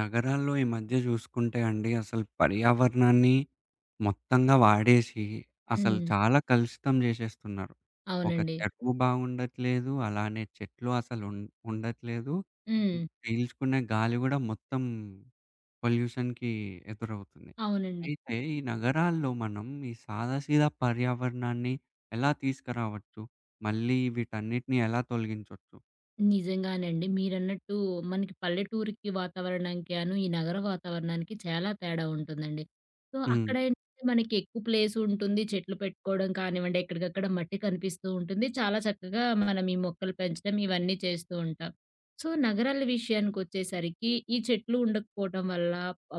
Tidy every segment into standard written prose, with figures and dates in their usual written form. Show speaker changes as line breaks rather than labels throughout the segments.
నగరాల్లో ఈ మధ్య చూసుకుంటే అండి అసలు పర్యావరణాన్ని మొత్తంగా వాడేసి అసలు
హ్మ్.
చాలా కలుషితం చేసేస్తున్నారు. ఒక
అవునండి.
చెరువు బాగుండట్లేదు. అలానే చెట్లు అసలు ఉండట్లేదు.
హ్మ్.
పీల్చుకునే గాలి కూడా మొత్తం పొల్యూషన్‌కి ఎదురవుతుంది.
అవునండి.
అయితే ఈ నగరాల్లో మనం ఈ సాదాసీదా పర్యావరణాన్ని ఎలా తీసుకురావచ్చు? మళ్ళీ వీటన్నిటిని ఎలా తొలగించొచ్చు?
నిజంగానండి. మీరన్నట్టు మనకి పల్లెటూరికి వాతావరణానికిగాను, ఈ నగర వాతావరణానికి చాలా తేడా ఉంటుందండి. సో,
హ్మ్.
అక్కడేంటంటే మనకి ఎక్కువ ప్లేస్ ఉంటుంది. చెట్లు పెట్టుకోవడం కానివ్వండి, ఎక్కడికక్కడ మట్టి కనిపిస్తూ ఉంటుంది. చాలా చక్కగా మనం ఈ మొక్కలు పెంచడం ఇవన్నీ చేస్తూ ఉంటాం. సో, నగరాల విషయానికొచ్చేసరికి ఈ చెట్లు ఉండకపోవటం వల్ల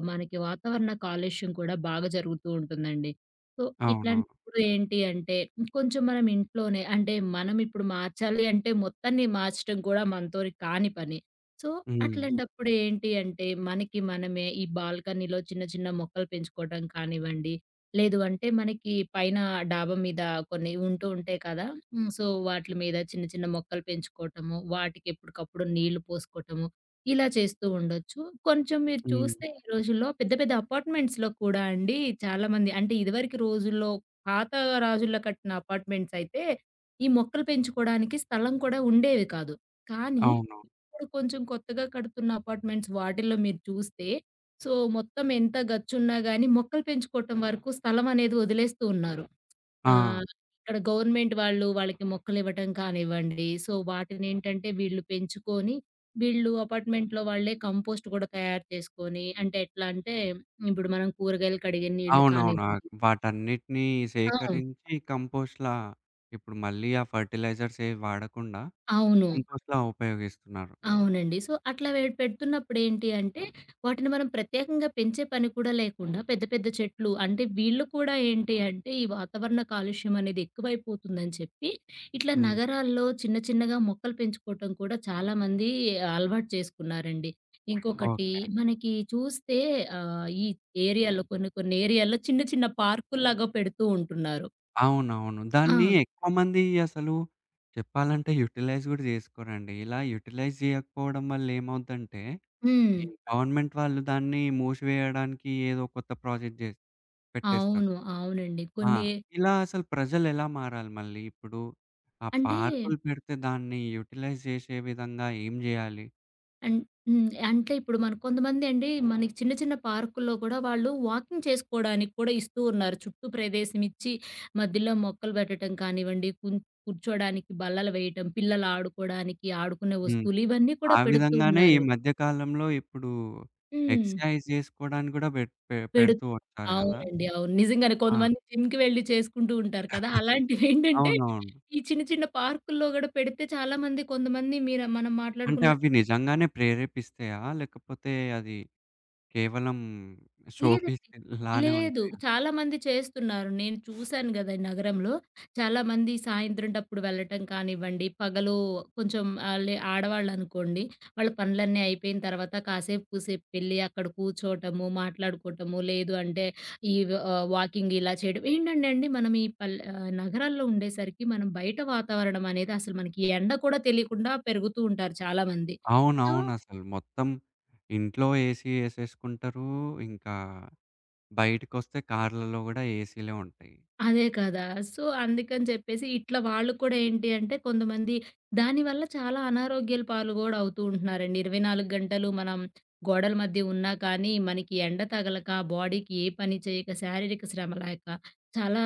మనకి వాతావరణ కాలుష్యం కూడా బాగా జరుగుతూ ఉంటుందండి. సో,
అవును.
ఇట్లాంటి ఇప్పుడు ఏంటి అంటే కొంచెం మనం ఇంట్లోనే అంటే మనం ఇప్పుడు మార్చాలి అంటే మొత్తాన్ని మార్చడం కూడా మనతోని కాని పని. సో,
హ్మ్.
అట్లాంటప్పుడు ఏంటి అంటే మనకి మనమే ఈ బాల్కనీలో చిన్న చిన్న మొక్కలు పెంచుకోవడం కానివ్వండి, లేదు అంటే మనకి పైన డాబా మీద కొన్ని ఉంటూ ఉంటాయి కదా! హ్మ్. సో, వాటిల మీద చిన్న చిన్న మొక్కలు పెంచుకోవటము, వాటికి ఎప్పటికప్పుడు నీళ్లు పోసుకోవటము, ఇలా చేస్తూ ఉండొచ్చు. కొంచెం మీరు
హ్మ్.
చూస్తే ఈ రోజుల్లో పెద్ద పెద్ద అపార్ట్మెంట్స్‌లో కూడా అండి చాలామంది అంటే ఇదివరకు రోజుల్లో పాత రాజుల్లో కట్టిన అపార్ట్‌మెంట్స్ అయితే, ఈ మొక్కలు పెంచుకోడానికి స్థలం కూడా ఉండేవి కాదు. కానీ,
అవును.
ఇప్పుడు కొంచెం కొత్తగా కడుతున్న అపార్ట్‌మెంట్స్ వాటిల్లో మీరు చూస్తే, సో, మొత్తం ఎంత గచ్చున్నా గానీ, మొక్కలు పెంచుకోవటం వరకు స్థలం అనేది వదిలేస్తూ ఉన్నారు.
ఆ!
ఆహ్, ఇక్కడ గవర్నమెంట్ వాళ్ళు వాళ్ళకి మొక్కలివ్వటం కానివ్వండి, సో, వాటినేంటంటే వీళ్ళు పెంచుకొని, వీళ్ళు అపార్ట్‌మెంట్‌లో వాళ్ళే కంపోస్ట్ కూడా తయారు చేసుకొని, అంటే ఎట్లా అంటే, ఇప్పుడు మనం కూరగాయలు కడిగే నీళ్ళు
అవునవును. ఆ!
కానివ్వండి
వాటన్నిటిని
ఆ!
సేకరించి కంపోస్ట్‌లా ఇప్పుడు మళ్ళీ ఆ ఫెర్టిలైజర్స్ ఏవి వాడకుండా
అవును.
కంపోస్ట్‌లా ఉపయోగిస్తున్నారు.
అవునండి. సో, అట్లా పెడుతున్నప్పుడేంటి అంటే, వాటిని మనం ప్రత్యేకంగా పెంచే పని కూడా లేకుండా పెద్ద పెద్ద చెట్లు అంటే వీళ్ళు కూడా ఏంటి అంటే, ఈ వాతావరణ కాలుష్యం అనేది ఎక్కువైపోతుందని చెప్పి, ఇట్లా
హ్మ్.
నగరాల్లో చిన్న చిన్నగా మొక్కలు పెంచుకోవటం కూడా చాలామంది అలవాటు చేసుకున్నారండి. ఇంకొకటి
ఓకే.
మనకి చూస్తే ఈ ఏరియాలో కొన్ని కొన్ని ఏరియాల్లో చిన్న చిన్న పార్కుల్లాగా పెడుతూ ఉంటున్నారు.
అవునవును.
ఆ!
దాన్ని ఎక్కువ మంది అసలు చెప్పాలంటే యుటిలైజ్ గూడా జేసుకోరండి. ఇలా యుటిలైజ్ జేయకపోవడం వల్ల ఏమవుద్దంటే,
హ్మ్.
ఈ గవర్నమెంట్ వాళ్ళు దాన్ని మూసివేయడానికి ఏదో కొత్త ప్రాజెక్ట్ జేసి పెట్టేస్తారు.
అవును. అవునండి.
ఆ!
కొన్ని
ఇలా అసలు ప్రజలెలా మారాలి మళ్ళీ? ఇప్పుడు ఆ
అంటే
పార్కులు పెడితే దాన్ని యుటిలైజ్ చేసే విధంగా ఏం జేయాలి?
అన్ హ్మ్. అంటే ఇప్పుడు మన కొంతమందండి మనకి చిన్న చిన్న పార్కుల్లో కూడా వాళ్ళు వాకింగ్ చేసుకోవడానికి కూడా ఇస్తూ ఉన్నారు. చుట్టూ ప్రదేశం ఇచ్చి మధ్యలో మొక్కలు పెట్టటం కానివ్వండి, కూర్చోడానికి బల్లలు వేయటం, పిల్లలు ఆడుకోవడానికి ఆడుకునే
హ్మ్.
వస్తువులు ఇవన్నీ
ఆ
కూడా పెడుతూ
విధంగానే ఈ
ఉన్నారు.
మధ్య కాలంలో ఇప్పుడు
హ్మ్.
ఎక్సర్‌సైజ్ చేసుకోవడానికి గూడా పెట్ పె
పెడు
పెడుతూ వచ్చారు గదా!
అవునండి. అవును. నిజంగానే
ఆ!
కొంతమంది జిమ్‌కి వెళ్లి చేసుకుంటూ ఉంటారు కదా! అలాంటివేంటంటే
అవునవును.
ఈ చిన్న చిన్న పార్కుల్లో కూడా పెడితే చాలామంది కొంతమంది మీరు మనం
అంటే
మాట్లాడుకున్న
అవి నిజంగానే ప్రేరేపిస్తాయా? లేకపోతే అది కేవలం షో
లేదండి.
పీస్ లానే
లేదు.
ఉంటాయా?
చాలామంది చేస్తున్నారు. నేను చూశాను గదా! నగరంలో. చాలామంది సాయంత్రం టప్పుడు వెళ్ళటం కానివ్వండి, పగలు కొంచెం ఆహ్, లే ఆడవాళ్ళనుకోండి, వాళ్ళ పనులన్నీ అయిపోయిన తర్వాత కాసేపు కూసేపు వెళ్లి అక్కడ కూర్చోటము, మాట్లాడుకోటము, లేదు అంటే ఈ వాకింగ్ ఇలా చేయడం. ఏంటంటే అండి మనం ఈ నగరాల్లో ఉండేసరికి మనం బయట వాతావరణం అనేది అసలు మనకి ఎండ కూడా తెలియకుండా పెరుగుతూ ఉంటారు చాలామంది. సో
అవునవునసలు. మొత్తం ఇంట్లో ఏసీ ఏసేసుకుంటారు. ఇంకా బయటికొస్తే కార్‌లలో గూడా ఏసీలే ఉంటాయి.
అదే కదా! సో, అందుకని చెప్పేసి ఇట్లా వాళ్ళు కూడా ఏంటి అంటే కొంతమంది దానివల్ల చాలా అనారోగ్యాల పాలు గూడా అవుతూ ఉంటున్నారండి. 24 గంటలు మనం గోడల మధ్య ఉన్నా కానీ, మనకి ఎండ తగలక, బాడీకి ఏ పని చేయక, శారీరక శ్రమ లేక చాలా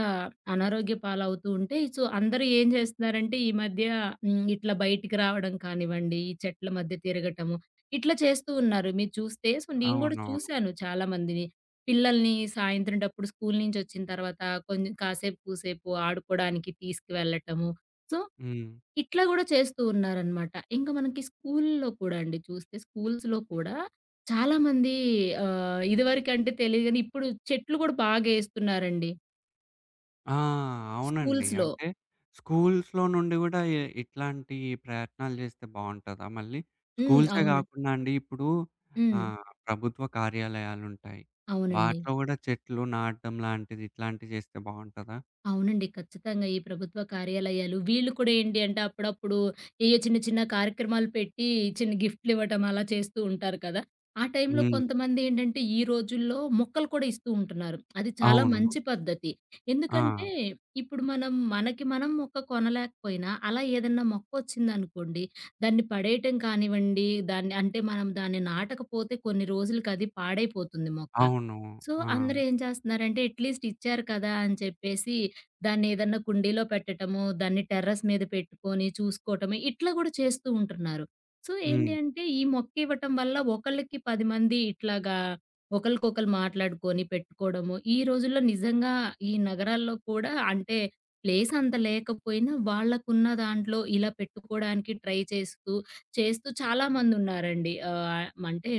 అనారోగ్య పాలవుతూ ఉంటే, సో, అందరూ ఏం చేస్తున్నారంటే ఈ మధ్య ఇట్లా బయటికి రావడం కానివ్వండి, ఈ చెట్ల మధ్య తిరగటము, ఇట్లా చేస్తూ ఉన్నారు మీరు చూస్తే. సో, నేను గూడా
అవునవును.
చూశాను చాలా మందిని. పిల్లల్ని సాయంత్రం టప్పుడు స్కూలు నుంచొచ్చిన తర్వాత కొంచెం కాసేపు, కూసేపు ఆడుకోడానికి తీసుకువెళ్ళటము. సో,
హ్మ్.
ఇట్లా గూడా చేస్తూ ఉన్నారనమాట. ఇంకా మనకి స్కూలులో కూడా అండి చూస్తే స్కూల్స్‌లో కూడా చాలామంది ఇదివరకంటే తెలీదు గానీ ఇప్పుడు చెట్లు గూడా బాగేస్తున్నారండి
ఆ! అవునండి.
స్కూల్స్‌లో.
అంటే స్కూల్స్‌లో నుండి గూడా ఇట్లాంటి ప్రయత్నాలు జేస్తే బావుంటదా మళ్ళీ?
హ్మ్.
స్కూల్సే
అవును.
గాకుండా అండి ఇప్పుడు
హ్మ్.
ప్రభుత్వ కార్యాలయాలుంటాయి.
అవునండి.
వాటిలో గూడా చెట్లు నాటడం లాంటిది ఇట్లాంటివి జేస్తే బావుంటదా?
అవునండి. ఖచ్చితంగా. ఈ ప్రభుత్వ కార్యాలయాలు వీళ్ళు కూడా ఏంటి అంటే అప్పుడప్పుడు ఏయో చిన్న చిన్న కార్యక్రమాలు పెట్టి చిన్న గిఫ్ట్లు ఇవ్వటం అలా చేస్తూ ఉంటారు కదా! ఆ టైంలో
హ్మ్.
కొంతమంది ఏంటంటే ఈ రోజుల్లో మొక్కలు కూడా ఇస్తూ ఉంటున్నారు. అది చాలా
అవును.
మంచి పద్ధతి.
ఆ!
ఎందుకంటే ఇప్పుడు మనం మనకి మనం మొక్క కొనలేకపోయినా అలా ఏదన్నా మొక్కొచ్చిందనుకోండి దాన్ని పడేయటం కానివ్వండి, దాన్ని అంటే మనం దాన్ని నాటకపోతే కొన్ని రోజులకి అది పాడైపోతుంది మొక్క.
అవును.
సో,
ఆ!
అందరూ ఏం చేస్తున్నారంటే అట్‌లీస్ట్ ఇచ్చారు కదా! అని చెప్పేసి దాన్నేదన్నా కుండీలో పెట్టటము, దాన్ని టెర్రస్ మీద పెట్టుకొని చూసుకోవటము, ఇట్లా గూడా చేస్తూ ఉంటున్నారు. సో, ఏంటి
హ్మ్.
అంటే ఈ మొక్కివ్వటం వల్ల ఒకళ్ళకి 10 మంది ఇట్లాగా ఒకళ్ళకొకళ్ళు మాట్లాడుకొని పెట్టుకోవడము. ఈ రోజుల్లో నిజంగా ఈ నగరాల్లో కూడా అంటే ప్లేస్ అంత లేకపోయినా వాళ్ళకున్న దాంట్లో ఇలా పెట్టుకోవడానికి ట్రై చేస్తూ చాలామందున్నారండి. ఆహ్, అంటే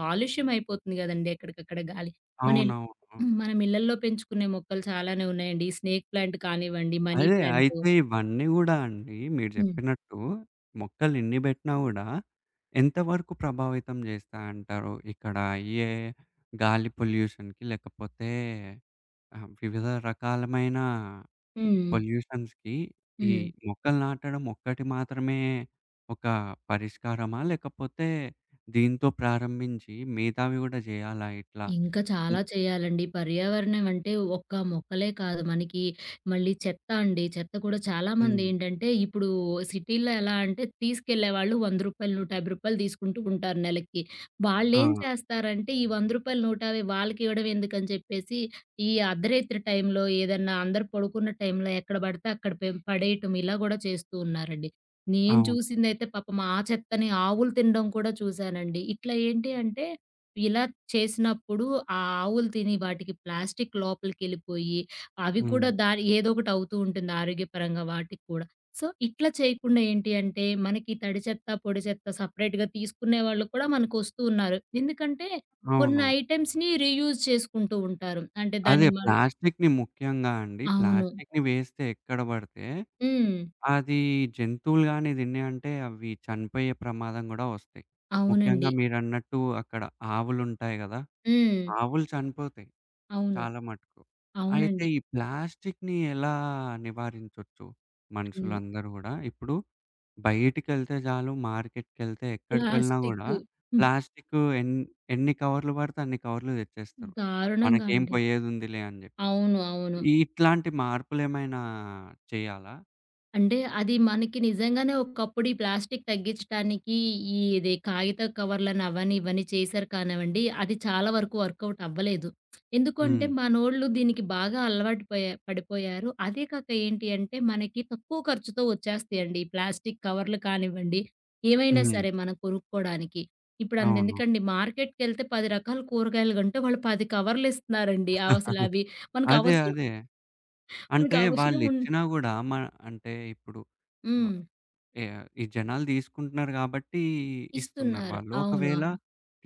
కాలుష్యం అయిపోతుంది గదండీ ఎక్కడికక్కడ గాలి. మన
అవునవును.
హ్మ్. మనం ఇళ్లల్లో పెంచుకునే మొక్కలు చాలానే ఉన్నాయండి. స్నేక్ ప్లాంట్ కానివ్వండి, మనీ
అదే.
ప్లాంట్.
అయితే ఇవన్నీ గూడా అండి మీరు
హ్మ్.
జెప్పినట్టు మొక్కలు ఎన్ని బెట్టినా గూడా ఎంత వరకు ప్రభావితం జేస్తాయంటారు? ఇక్కడ అయ్యే గాలి పొల్యూషన్‌కి లేకపోతే వివిధ రకాలమైన
హ్మ్.
పొల్యూషన్స్‌కి ఈ
హ్మ్.
మొక్కలు నాటడం ఒక్కటి మాత్రమే ఒక పరిష్కారమా? లేకపోతే దీంతో ప్రారంభించి మిగతావి గూడా జేయాలా ఇట్లా?
ఇంకా
హ్మ్.
చాలా చేయాలండి. పర్యావరణం అంటే ఒక్క మొక్కలే కాదు మనకి మళ్ళీ చెత్త అండి. చెత్త కూడా
హ్మ్.
చాలామందేంటంటే ఇప్పుడు సిటీల్లో ఎలా అంటే తీసుకెళ్ళేవాళ్ళు రూ. 100, రూ. 150 తీసుకుంటూ ఉంటారు నెలకి.
ఆ!
వాళ్ళేం చేస్తారంటే ఈ రూ. 100, 150 వాళ్ళకివ్వడం ఎందుకని చెప్పేసి ఈ అర్ధరాత్రి టైంలో ఏదన్నా అందరూ పడుకున్న టైంలో ఎక్కడ పడితే అక్కడ పడేయటం ఇలా గూడా చేస్తూ ఉన్నారండి. నేను
అవును.
చూసిందైతే పాపం ఆ చెత్తని ఆవులు తినడం కూడా చూసానండి. ఇట్లా ఏంటి అంటే ఇలా చేసినప్పుడు ఆ ఆవులు తిని వాటికి ప్లాస్టిక్ లోపలికెళ్ళిపోయి, అవి
హ్మ్.
కూడా దాని ఏదో ఒకటి అవుతూ ఉంటుంది ఆరోగ్యపరంగా వాటికి కూడా. సో, ఇట్లా చేయకుండా ఏంటి అంటే మనకి తడి చెత్త, పొడి చెత్త సెపరేట్‌గా తీసుకునే వాళ్ళు కూడా మనకొస్తూ ఉన్నారు. ఎందుకంటే కొన్ని
అవును.
ఐటెమ్స్‌ని రీయూజ్ చేసుకుంటూ ఉంటారు. అంటే
అదే
దాన్ని
ప్లాస్టిక్‌ని ముఖ్యంగా అండి.
అవును.
ప్లాస్టిక్‌ని వేస్తే ఎక్కడ పడితే
హ్మ్.
అది జంతువులు గాని తిన్నాయంటే అవి చనిపోయే ప్రమాదం గూడా వస్తాయి. ముఖ్యంగా
అవునండి.
మీరన్నట్టు అక్కడ ఆవులుంటాయి గదా!
హ్మ్.
ఆవులు చనిపోతాయి
అవును.
చాలా మటుకు. అయితే
అవునండి.
ఈ ప్లాస్టిక్‌ని ఎలా నివారించొచ్చు
హ్మ్.
మనుషులందరూ గూడా? ఇప్పుడు బయటికెళ్తే చాలు మార్కెట్‌కెళ్తే ఎక్కడికి వెళ్ళినా గూడా
ప్లాస్టిక్ హ్మ్.
ప్లాస్టిక్ ఎన్ని కవర్లు పడితే అన్ని కవర్లు తెచ్చేస్తారు.
దారుణంగా
మనకేం
అండి.
పోయేదుందిలే అని జెప్పి.
అవును. అవును.
ఇట్లాంటి మార్పులేమైనా చేయాలా?
అంటే అది మనకి నిజంగానే ఒకప్పుడు ఈ ప్లాస్టిక్ తగ్గించటానికి ఈ ఇది కాగిత కవర్‌లని అవని, ఇవని చేశారు కానివ్వండి, అది చాలా వరకు వర్కౌట్ అవ్వలేదు. ఎందుకంటే
హ్మ్.
మనోళ్ళు దీనికి బాగా అలవాటు పడిపోయారు. అదే కాక ఏంటి అంటే మనకి తక్కువ ఖర్చుతో వచ్చేస్తాయండి. ఈ ప్లాస్టిక్ కవర్లు కానివ్వండి, ఏవైనా
హ్మ్.
సరే మనం కొనుక్కోడానికి. ఇప్పుడు
అవును.
అంతెందుకండి మార్కెట్‌కెళ్తే 10 రకాల కూరగాయలు కొంటే వాళ్ళు 10 కవర్లు ఇస్తున్నారండి. అవసలు అవి మనకు
అదే.
అవసరం
అదే.
మనకు
అంటే
అవసరం
వాళ్ళిచ్చినా గూడా మ అంటే ఇప్పుడు వ
హ్మ్.
ఈ జనాలు తీసుకుంటున్నారు గాబట్టి ఇస్తున్నారు
ఇస్తున్నారు.
వాళ్ళు.
అవును.
ఒకవేళ
అవును.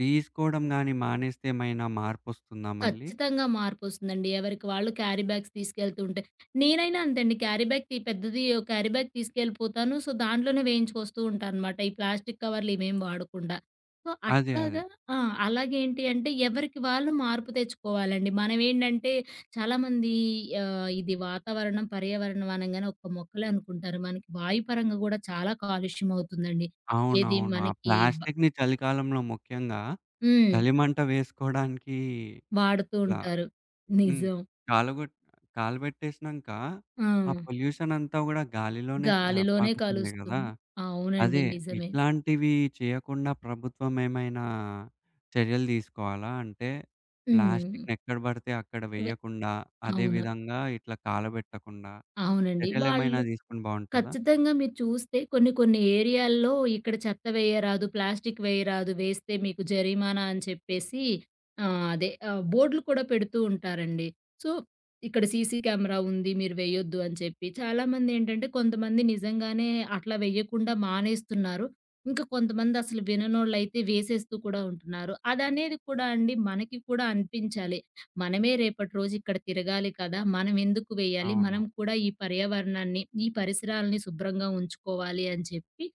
తీసుకోవడం గాని మానేస్తే ఏమైనా మార్పొస్తుందా మళ్ళీ?
ఖచ్చితంగా మార్పొస్తుందండి. ఎవరికి వాళ్ళు క్యారీ బ్యాగ్స్ తీసుకెళ్తూ ఉంటే. నేనైనా అంతేండి క్యారీ బ్యాగ్ తీసుకెళ్ళిపోతాను. సో, దాంట్లోనే వేయించుకొస్తూ ఉంటానన్నమాట. ఈ ప్లాస్టిక్ కవర్లు ఇవేం వాడకుండా. సో,
అదే. అదే.
అట్లాగా ఆ! అలాగేంటి అంటే ఎవరికి వాళ్ళు మార్పు తెచ్చుకోవాలండి. మనమేంటంటే చాలామంది ఆహ్, ఇది వాతావరణం, పర్యావరణం అనంగానే ఒక్క మొక్కలే అనుకుంటారు. మనకి వాయుపరంగా గూడా చాలా కాలుష్యం అవుతుందండి. ఏది
అవునవును. ఆ
మనకి బ
ప్లాస్టిక్‌ని చలికాలంలో ముఖ్యంగా
హ్మ్.
చలిమంట వేసుకోవడానికి
వాడుతూ
ఇట్లా
ఉంటారు.
హ్మ్.
నిజం.
కాలగొట్ కాలుబెట్టేసినంక,
ఆ!
ఆ పొల్యూషన్ అంతా గూడా గాలిలోనే స
గాలిలోనే
పాకుతుంది గదా!
కలుస్తుంది.
అదే
అవునండి. నిజమే.
ఇట్లాంటివి చేయకుండా ప్రభుత్వం ఏమైనా చర్యలు తీసుకోవాలా? అంటే
హ్మ్.
ప్లాస్టిక్‌ని ఎక్కడ బడితే అక్కడ
వె
వేయకుండా, అదే
అవును.
విధంగా ఇట్లా కాలబెట్టకుండా
అవునండి.
చర్యలేమైనా
వాళ్ళు
తీసుకుంటే బావుంటదా?
ఖచ్చితంగా మీరు చూస్తే కొన్ని కొన్ని ఏరియాల్లో ఇక్కడ చెత్త వేయరాదు, ప్లాస్టిక్ వేయరాదు, వేస్తే మీకు జరిమానా అని చెప్పేసి బోర్డులు కూడా పెడుతూ ఉంటారండి. సో, ఇక్కడ సీసీ కెమెరా ఉంది మీరు వేయొద్దు అని చెప్పి. చాలామందేంటంటే కొంతమంది నిజంగానే అట్లా వేయకుండా మానేస్తున్నారు. ఇంకా కొంతమంది అసలు విననోళ్ళైతే వేసేస్తూ కూడా ఉంటున్నారు. అదనేది కూడా అండి మనకి కూడా అనిపించాలి. మనమే రేపటి రోజు ఇక్కడ తిరగాలి కదా! మనం ఎందుకు వేయాలి?
అవును.
మనం కూడా ఈ పర్యావరణాన్ని, ఈ పరిసరాలని శుభ్రంగా ఉంచుకోవాలి అని చెప్పి,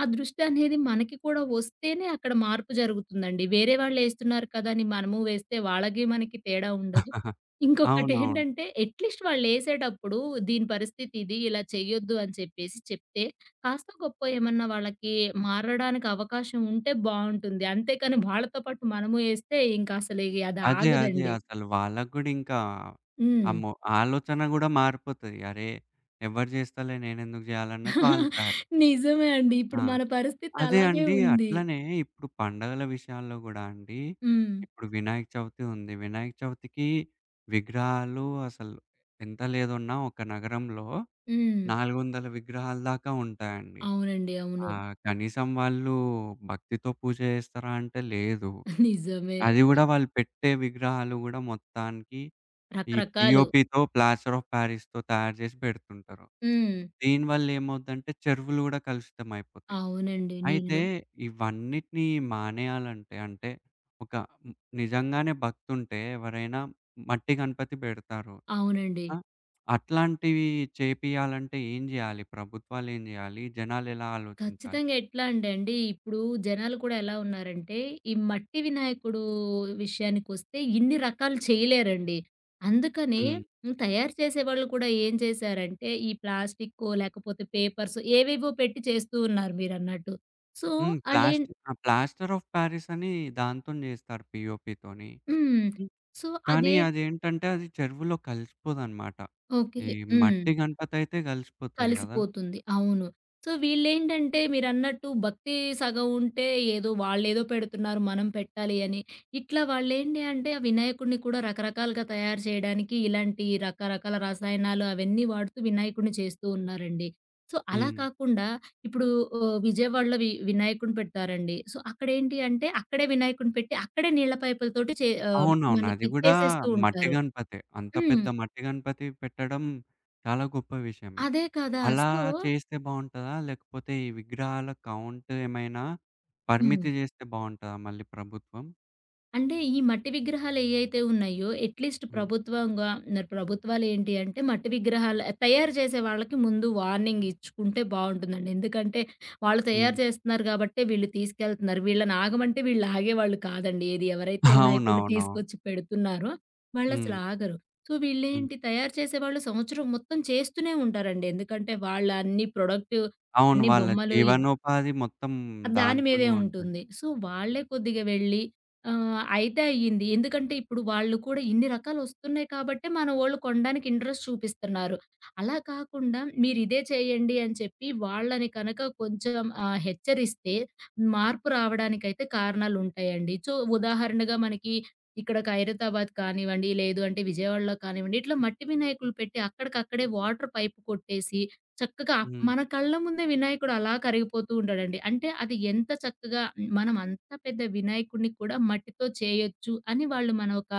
ఆ దృష్టి అనేది మనకి కూడా వస్తేనే అక్కడ మార్పు జరుగుతుందండి. వేరే వాళ్ళేస్తున్నారు కదా! అని మనము వేస్తే వాళ్ళకి, మనకి తేడా ఉండదు.
అవునవును.
ఇంకొకటేంటంటే అట్‌లీస్ట్ వాళ్ళేసేటప్పుడు దీని పరిస్థితి ఇది, ఇలా చేయొద్దు అని చెప్పేసి చెప్తే, కాస్తో గొప్పో ఏమన్నా వాళ్ళకి మారడానికి అవకాశం ఉంటే బావుంటుంది. అంతేకాని వాళ్ళతో పాటు మనము ఏస్తే ఇంక అసలు ఇక అది
అదే. అదే.
ఆగదండి.
అసలు వాళ్ళకి గూడా ఇంకా
హ్మ్.
అమ్మో! ఆలోచన గూడా మారిపోతది. అరే! ఎవరు జేస్తలే నేనెందుకు జేయాలన్నట్టు వాళ్ళు తయారవుతారు.
నిజమే అండి.
ఆ!
ఇప్పుడు మన పరిస్థితి
అదే
అలాగే
అండి.
ఉంది.
అట్లనే ఇప్పుడు పండగల విషయాల్లో గూడా అండి.
హ్మ్.
ఇప్పుడు వినాయక చవితి ఉంది. వినాయక చవితికి విగ్రహాలు అసలు ఎంత లేదున్నా ఒక నగరంలో
హ్మ్.
400 విగ్రహాల దాకా ఉంటాయండి.
అవునండి.
ఆ!
అవును.
కనీసం వాళ్ళు భక్తితో పూజ జేస్తారా అంటే లేదు.
నిజమే.
అది గూడా వాళ్ళు పెట్టే విగ్రహాలు గూడా మొత్తానికి ఈ
రకరకాలు.
పీఓపీతో, ప్లాస్టర్ ఆఫ్ పారిస్‌తో తయారు జేసి పెడుతుంటారు.
హ్మ్.
దీనివల్ల ఏమవుద్దంటే చెరువులు గూడా కలుషితం అయిపోతాయి.
అవునండి.
అయితే
నీళ్ళు.
ఇవన్నిటిని మానేయాలంటే అంటే ఒక హ్మ్, నిజంగానే భక్తుంటే ఎవరైనా మట్టి గణపతి బెడతారు.
అవునండి.
ఆ! అట్లాంటివి చేపియాలంటే ఏం జేయాలి? ప్రభుత్వాలేం జేయాలి? జనాలెలా ఆలోచించాలి?
ఖచ్చితంగా ఎట్లా అంటే అండి, ఇప్పుడు జనాలు కూడా ఎలా ఉన్నారంటే, ఈ మట్టి వినాయకుడు విషయానికొస్తే ఇన్ని రకాలు చేయలేరండి. అందుకని
హ్మ్.
హ్మ్, తయారు చేసేవాళ్ళు కూడా ఏం చేశారంటే, ఈ ప్లాస్టిక్కో లేకపోతే పేపర్స్ ఏవేవో పెట్టి చేస్తూ ఉన్నారు మీరన్నట్టు. సో,
హ్మ్.
ఆళ్ళేం
ప్లాస్టి ఆ! ప్లాస్టర్ ఆఫ్ పారిస్ అని దాంతోని జేస్తారు పీఓపీతోని.
హ్మ్. సో,
కానీ
అదే
అదేంటంటే అది చెరువులో కలిసిపోదనమాట.
ఓకే.
ఈ
హ్మ్.
మట్టి గణపతయితే గలిసిపోతది గదా!
కలిసిపోతుంది. అవును. సో, వీళ్ళేంటంటే మీరన్నట్టు భక్తి సగం ఉంటే ఏదో వాళ్ళేదో పెడుతున్నారు మనం పెట్టాలి అని. ఇట్లా వాళ్ళేంటి అంటే ఆ వినాయకుడిని కూడా రకరకాలుగా తయారు చేయడానికి ఇలాంటి రకరకాల రసాయనాలు అవన్నీ వాడుతూ వినాయకుడిని చేస్తూ ఉన్నారండి. సో, అలా
హ్మ్.
కాకుండా ఇప్పుడు విజయవాడలో వినాయకుడిని పెడతారండి. సో, అక్కడేంటి అంటే అక్కడే వినాయకుడిని పెట్టి అక్కడే నీళ్ల పైపులతోటి
అవునవును. అది
మనకి
గూడా
చేసేస్తూ
మట్టి
ఉంటారు.
గణపతే. అంత
హ్మ్.
పెద్ద మట్టి గణపతి పెట్టడం చాలా గొప్ప విషయమే.
అదే కదా!
అలా
సో
చేస్తే బావుంటదా? లేకపోతే ఈ విగ్రహాల కౌంట్ ఏమైనా
హ్మ్.
పరిమితి చేస్తే బావుంటదా మళ్ళీ ప్రభుత్వం?
అంటే ఈ మట్టి విగ్రహాలు ఏయైతే ఉన్నాయో అట్‌లీస్ట్
హ్మ్.
ప్రభుత్వంగా మరి ప్రభుత్వాలేంటి అంటే మట్టి విగ్రహాలు తయారు చేసే వాళ్ళకి ముందు వార్నింగ్ ఇచ్చుకుంటే బావుంటుందండి. ఎందుకంటే వాళ్ళు తయారు
హ్మ్.
చేస్తున్నారు గాబట్టే వీళ్ళు తీసుకెళ్తున్నారు. వీళ్ళని ఆగమంటే వీళ్ళు ఆగేవాళ్ళు కాదండి. ఏది ఎవరైతే వినాయకుడిని
అవునవునవును.
తీసుకొచ్చి పెడుతున్నారో
హ్మ్.
వాళ్ళసలు ఆగరు. సో
హ్మ్.
వీళ్ళేంటి తయారు చేసేవాళ్ళు సంవత్సరం మొత్తం చేస్తూనే ఉంటారండి. ఎందుకంటే వాళ్ళ అన్ని ప్రొడక్ట్
అవును.
అన్ని
వాళ్ళ
బొమ్మలు
జీవనోపాధి మొత్తం
దాని మీదే
దాంట్లోనే ఉంటది.
ఉంటుంది. సో, వాళ్ళే కొద్దిగా వెళ్ళి ఆహ్, అయితే అయ్యింది. ఎందుకంటే ఇప్పుడు వాళ్ళు కూడా ఇన్ని రకాలొస్తున్నాయి కాబట్టే మనవోళ్ళు కొనడానికి ఇంట్రెస్ట్ చూపిస్తున్నారు. అలా కాకుండా మీరిదే చేయండి అని చెప్పి వాళ్ళని కనుక కొంచెం హెచ్చరిస్తే మార్పు రావడానికైతే కారణాలుంటాయండి. సో, ఉదాహరణగా మనకి ఇక్కడ ఖైరతాబాద్ కానివ్వండి, లేదు అంటే విజయవాడలో కానివ్వండి, ఇట్లా మట్టి వినాయకులు పెట్టి అక్కడికక్కడే వాటర్ పైప్ కొట్టేసి చక్కగా
హ్మ్.
మన కళ్ళ ముందే వినాయకుడు అలా కరిగిపోతూ ఉంటాడండి. అంటే అది ఎంత చక్కగా మనం అంత పెద్ద వినాయకుడిని కూడా మట్టితో చేయొచ్చు అని వాళ్ళు మన ఒక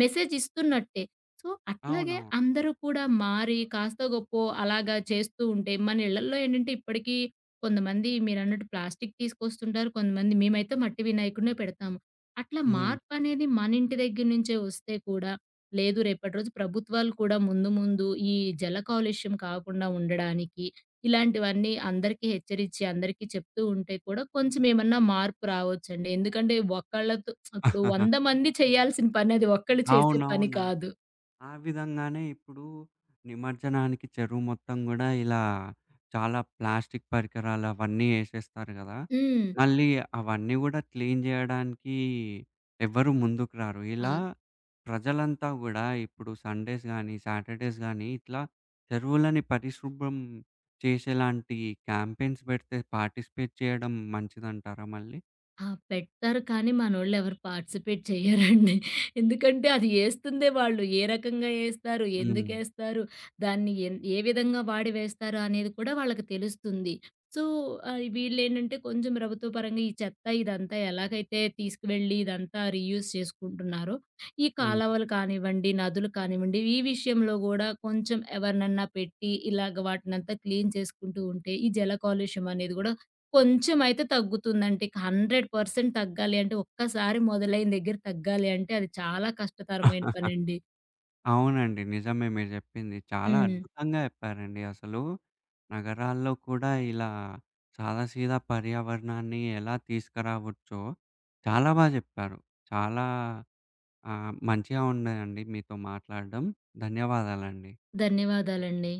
మెసేజ్ ఇస్తున్నట్టే. సో, అట్లాగే
అవునవును.
అందరూ కూడా మారి కాస్తో గొప్పో అలాగా చేస్తూ ఉంటే మన ఇళ్లల్లో ఏంటంటే ఇప్పటికీ కొంతమంది మీరన్నట్టు ప్లాస్టిక్ తీసుకొస్తుంటారు. కొంతమంది మేమైతే మట్టి వినాయకుడినే పెడతాము. అట్లా
హ్మ్.
మార్పనేది మన ఇంటి దగ్గర నుంచే వస్తే కూడా లేదు రేపటి రోజు ప్రభుత్వాలు కూడా ముందు ముందు ఈ జల కాలుష్యం కాకుండా ఉండడానికి ఇలాంటివన్నీ అందరికీ హెచ్చరించి అందరికీ చెప్తూ ఉంటే కూడా కొంచెం ఏమన్నా మార్పు రావచ్చండి. ఎందుకంటే ఒకళ్ళతో ఇప్పుడు 100 మంది చేయాల్సిన పని అది ఒక్కళ్ళు చేసే పని
అవునవును. అదే.
కాదు.
ఆ విధంగానే ఇప్పుడు నిమజ్జనానికి చెరువు మొత్తం గూడా ఇలా చాలా ప్లాస్టిక్ పరికరాలవన్నీ ఏసేస్తారు గదా!
హ్మ్.
మళ్ళీ అవన్నీ గూడా క్లీన్ జేయడానికి ఎవ్వరు ముందుకు రారు.
ఆ!
ఇలా ప్రజలంతా గూడా ఇప్పుడు సండేస్ గానీ, సాటర్‌డేస్ గానీ ఇట్లా చెరువులని పరిశుభ్రం చేసేలాంటి క్యాంపెయిన్స్ బెడితే పార్టిసిపేట్ చేయడం మంచిదంటారా మళ్ళీ?
ఆ! పెట్టారు కానీ మనోళ్ళెవరు పార్టిసిపేట్ చెయ్యరండి. ఎందుకంటే అది ఏస్తుందే వాళ్ళు ఏ రకంగా ఏస్తారు?
హ్మ్.
ఎందుకేస్తారు? దాన్ని ఏ విధంగా వాడి వేస్తారు? అనేది కూడా వాళ్ళకి తెలుస్తుంది. సో, ఆహ్, వీళ్ళేంటంటే కొంచెం ప్రభుత్వ పరంగా ఈ చెత్త ఇదంతా ఎలాగైతే తీసుకువెళ్ళి ఇదంతా రీయూజ్ చేసుకుంటున్నారో, ఈ
హ్మ్.
కాలవలు కానివ్వండి, నదులు కానివ్వండి, ఈ విషయంలో గూడా కొంచెం ఎవరినన్నా పెట్టి ఇలాగ వాటినంతా క్లీన్ చేసుకుంటూ ఉంటే ఈ జల కాలుష్యం అనేది గూడా కొంచెమయితే తగ్గుతుందండి. 100% తగ్గాలి అంటే, ఒక్కసారి మొదలైన దగ్గర తగ్గాలి అంటే, అది చాలా కష్టతరమైన పనండి.
అవునండి. నిజమే మీరు జెప్పింది. చాలా
హ్మ్.
అద్భుతంగా జెప్పారండి అసలు. నగరాల్లో కూడా ఇలా సాదా సీదా పర్యావరణాన్ని ఎలా తీసుకురావచ్చో చాలా బా జెప్పారు. చాలా మంచిగా ఉన్నదండి మీతో మాట్లాడడం. ధన్యవాదాలండి.
ధన్యవాదాలండి.